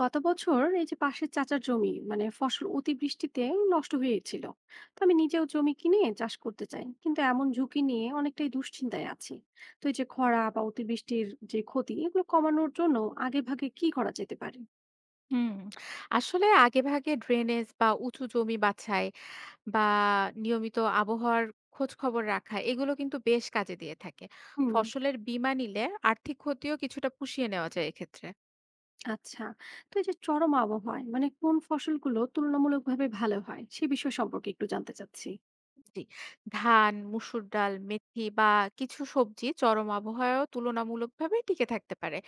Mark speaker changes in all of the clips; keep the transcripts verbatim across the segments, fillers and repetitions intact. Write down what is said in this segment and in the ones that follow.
Speaker 1: গত বছর এই যে পাশের চাচার জমি মানে ফসল অতিবৃষ্টিতে নষ্ট হয়েছিল। তো আমি নিজেও জমি কিনে চাষ করতে চাই, কিন্তু এমন ঝুঁকি নিয়ে অনেকটাই দুশ্চিন্তায় আছি। তো এই যে খরা বা অতিবৃষ্টির যে ক্ষতি, এগুলো কমানোর জন্য আগে ভাগে কি করা যেতে পারে?
Speaker 2: হুম, আসলে আগেভাগে ড্রেনেজ বা উঁচু জমি বাছাই বা নিয়মিত আবহাওয়ার খোঁজ খবর রাখা এগুলো কিন্তু বেশ কাজে দিয়ে থাকে।
Speaker 1: হুম।
Speaker 2: ফসলের বীমা নিলে আর্থিক ক্ষতিও কিছুটা পুষিয়ে নেওয়া যায় এক্ষেত্রে।
Speaker 1: আচ্ছা। তো এই যে চরম আবহাওয়ায় মানে কোন ফসলগুলো তুলনামূলকভাবে ভালো হয় সে বিষয় সম্পর্কে একটু জানতে চাচ্ছি।
Speaker 2: জি। ধান, মসুর ডাল, মেথি বা কিছু সবজি চরম আবহাওয়ায়ও তুলনামূলকভাবে টিকে থাকতে পারে।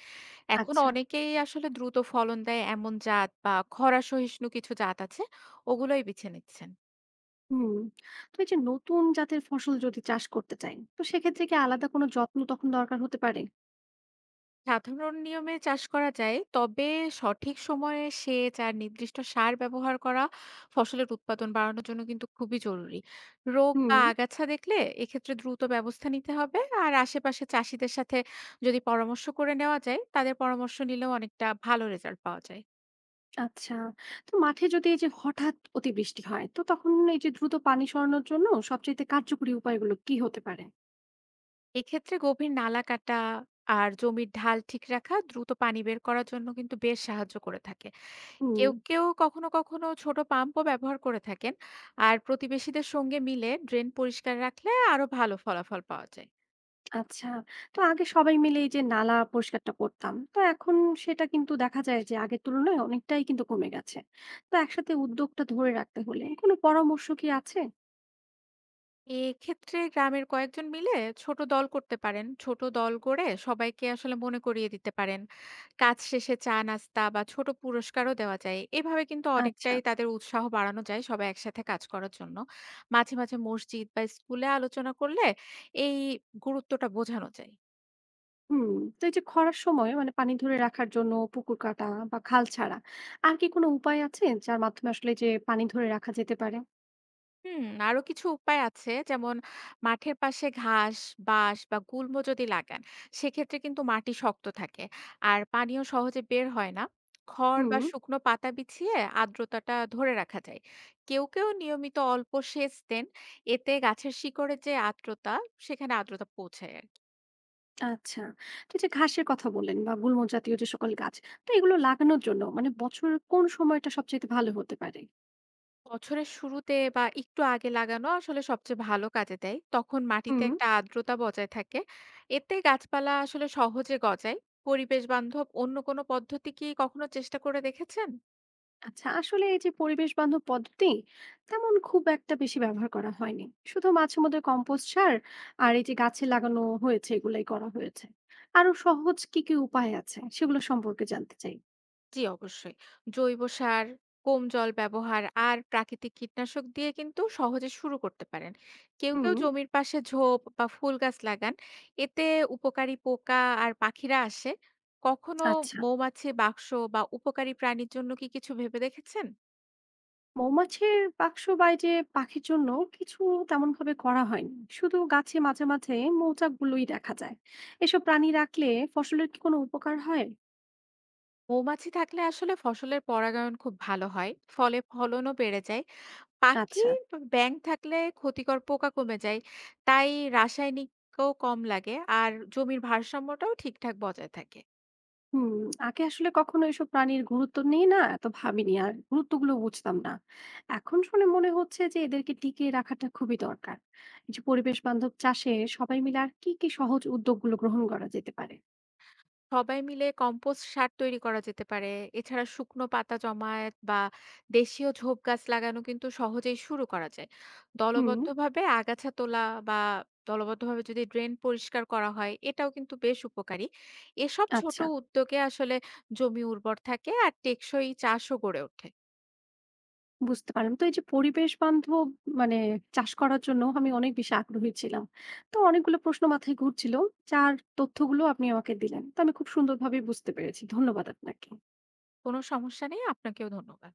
Speaker 2: এখন
Speaker 1: আচ্ছা।
Speaker 2: অনেকেই আসলে দ্রুত ফলন দেয় এমন জাত বা খরা সহিষ্ণু কিছু জাত আছে ওগুলোই বেছে নিচ্ছেন।
Speaker 1: হুম। তো এই যে নতুন জাতের ফসল যদি চাষ করতে চাই, তো সেক্ষেত্রে কি আলাদা কোনো যত্ন তখন দরকার হতে পারে?
Speaker 2: সাধারণ নিয়মে চাষ করা যায়, তবে সঠিক সময়ে সেচ আর নির্দিষ্ট সার ব্যবহার করা ফসলের উৎপাদন বাড়ানোর জন্য কিন্তু খুবই জরুরি। রোগ বা
Speaker 1: হুম।
Speaker 2: আগাছা দেখলে এক্ষেত্রে দ্রুত ব্যবস্থা নিতে হবে। আর আশেপাশে চাষীদের সাথে যদি পরামর্শ করে নেওয়া যায়, তাদের পরামর্শ নিলেও অনেকটা ভালো রেজাল্ট পাওয়া যায়।
Speaker 1: আচ্ছা। তো মাঠে যদি এই যে হঠাৎ অতিবৃষ্টি হয়, তো তখন এই যে দ্রুত পানি সরানোর জন্য সবচাইতে কার্যকরী উপায়গুলো কি হতে পারে?
Speaker 2: এক্ষেত্রে গভীর নালা কাটা আর জমির ঢাল ঠিক রাখা দ্রুত পানি বের করার জন্য কিন্তু বেশ সাহায্য করে থাকে।
Speaker 1: হুম।
Speaker 2: কেউ, কেউ কখনো, কখনো ছোট পাম্পও ব্যবহার করে থাকেন। আর প্রতিবেশীদের সঙ্গে মিলে ড্রেন পরিষ্কার রাখলে আরো ভালো ফলাফল পাওয়া যায়।
Speaker 1: আচ্ছা। তো আগে সবাই মিলে এই যে নালা পরিষ্কারটা করতাম। তো এখন সেটা কিন্তু দেখা যায় যে আগের তুলনায় অনেকটাই কিন্তু কমে গেছে। তো একসাথে উদ্যোগটা ধরে রাখতে হলে কোনো পরামর্শ কি আছে?
Speaker 2: এক্ষেত্রে গ্রামের কয়েকজন মিলে ছোট দল করতে পারেন। ছোট দল গড়ে সবাইকে আসলে মনে করিয়ে দিতে পারেন। কাজ শেষে চা নাস্তা বা ছোট পুরস্কারও দেওয়া যায়। এভাবে কিন্তু
Speaker 1: আচ্ছা।
Speaker 2: অনেকটাই তাদের উৎসাহ বাড়ানো যায় সবাই একসাথে কাজ করার জন্য। মাঝে, মাঝে মসজিদ বা স্কুলে আলোচনা করলে এই গুরুত্বটা বোঝানো যায়।
Speaker 1: হুম। তো এই যে খরার সময় মানে পানি ধরে রাখার জন্য পুকুর কাটা বা খাল ছাড়া আর কি কোনো উপায় আছে যার মাধ্যমে আসলে যে পানি ধরে রাখা যেতে পারে?
Speaker 2: হুম, আরো কিছু উপায় আছে। যেমন মাঠের পাশে ঘাস, বাঁশ বা গুল্ম যদি লাগান, সেক্ষেত্রে কিন্তু মাটি শক্ত থাকে। আর পানিও সহজে বের হয় না। খড় বা
Speaker 1: হুম।
Speaker 2: শুকনো পাতা বিছিয়ে আর্দ্রতাটা ধরে রাখা যায়। কেউ, কেউ নিয়মিত অল্প সেচ দেন। এতে গাছের শিকড়ের যে আর্দ্রতা, সেখানে আর্দ্রতা পৌঁছায়।
Speaker 1: আচ্ছা। তো এই যে ঘাসের কথা বললেন বা গুল্ম জাতীয় যে সকল গাছ, তো এগুলো লাগানোর জন্য মানে বছরের কোন সময়টা সবচাইতে ভালো হতে পারে?
Speaker 2: বছরের শুরুতে বা একটু আগে লাগানো আসলে সবচেয়ে ভালো কাজে দেয়। তখন মাটিতে
Speaker 1: হুম।
Speaker 2: একটা আর্দ্রতা বজায় থাকে। এতে গাছপালা আসলে সহজে গজায়। পরিবেশ বান্ধব অন্য কোনো পদ্ধতি কি কখনো চেষ্টা করে দেখেছেন?
Speaker 1: আচ্ছা, আসলে এই যে পরিবেশ বান্ধব পদ্ধতি তেমন খুব একটা বেশি ব্যবহার করা হয়নি। শুধু মাঝে মধ্যে কম্পোস্ট সার আর এই যে গাছে লাগানো হয়েছে, এগুলাই করা হয়েছে। আরো সহজ কি, কি উপায় আছে সেগুলো সম্পর্কে জানতে চাই।
Speaker 2: জি, অবশ্যই। জৈব সার, কম জল ব্যবহার আর প্রাকৃতিক কীটনাশক দিয়ে কিন্তু সহজে শুরু করতে পারেন। কেউ, কেউ
Speaker 1: হুম।
Speaker 2: জমির পাশে ঝোপ বা ফুল গাছ লাগান। এতে উপকারী পোকা আর পাখিরা আসে। কখনো
Speaker 1: আচ্ছা।
Speaker 2: মৌমাছি বাক্স বা উপকারী প্রাণীর জন্য কি কিছু ভেবে দেখেছেন?
Speaker 1: মৌমাছির বাক্স বাইরে, পাখির জন্য কিছু তেমন ভাবে করা হয়নি। শুধু গাছে মাঝে মাঝে মৌচাক গুলোই দেখা যায়। এসব প্রাণী রাখলে ফসলের কি কোনো উপকার হয়?
Speaker 2: মৌমাছি থাকলে আসলে ফসলের পরাগায়ন খুব ভালো হয়। ফলে ফলনও বেড়ে যায়। পাখি,
Speaker 1: আচ্ছা।
Speaker 2: ব্যাঙ থাকলে ক্ষতিকর পোকা কমে যায়, তাই রাসায়নিকও কম লাগে আর জমির ভারসাম্যটাও ঠিকঠাক বজায় থাকে।
Speaker 1: হুম। আগে আসলে কখনো এসব প্রাণীর গুরুত্ব নিয়ে না এত ভাবিনি আর গুরুত্বগুলো বুঝতাম না। এখন শুনে মনে হচ্ছে যে এদেরকে টিকিয়ে রাখাটা খুবই দরকার। এই যে পরিবেশ বান্ধব চাষে সবাই মিলে আর কি কি সহজ উদ্যোগগুলো গ্রহণ করা যেতে পারে?
Speaker 2: সবাই মিলে কম্পোস্ট সার তৈরি করা যেতে পারে। এছাড়া শুকনো পাতা জমায়েত বা দেশীয় ঝোপ গাছ লাগানো কিন্তু সহজেই শুরু করা যায়।
Speaker 1: হুম।
Speaker 2: দলবদ্ধভাবে আগাছা তোলা বা দলবদ্ধভাবে যদি ড্রেন পরিষ্কার করা হয়, এটাও কিন্তু বেশ উপকারী। এসব ছোট
Speaker 1: আচ্ছা।
Speaker 2: উদ্যোগে আসলে জমি উর্বর থাকে আর টেকসই চাষও গড়ে ওঠে।
Speaker 1: বুঝতে পারলাম। তো এই যে পরিবেশ বান্ধব মানে চাষ করার জন্য আমি অনেক বেশি আগ্রহী ছিলাম। তো অনেকগুলো প্রশ্ন মাথায় ঘুরছিল, যার তথ্যগুলো আপনি আমাকে দিলেন। তো আমি খুব সুন্দরভাবে বুঝতে পেরেছি। ধন্যবাদ আপনাকে।
Speaker 2: কোনো সমস্যা নেই। আপনাকেও ধন্যবাদ।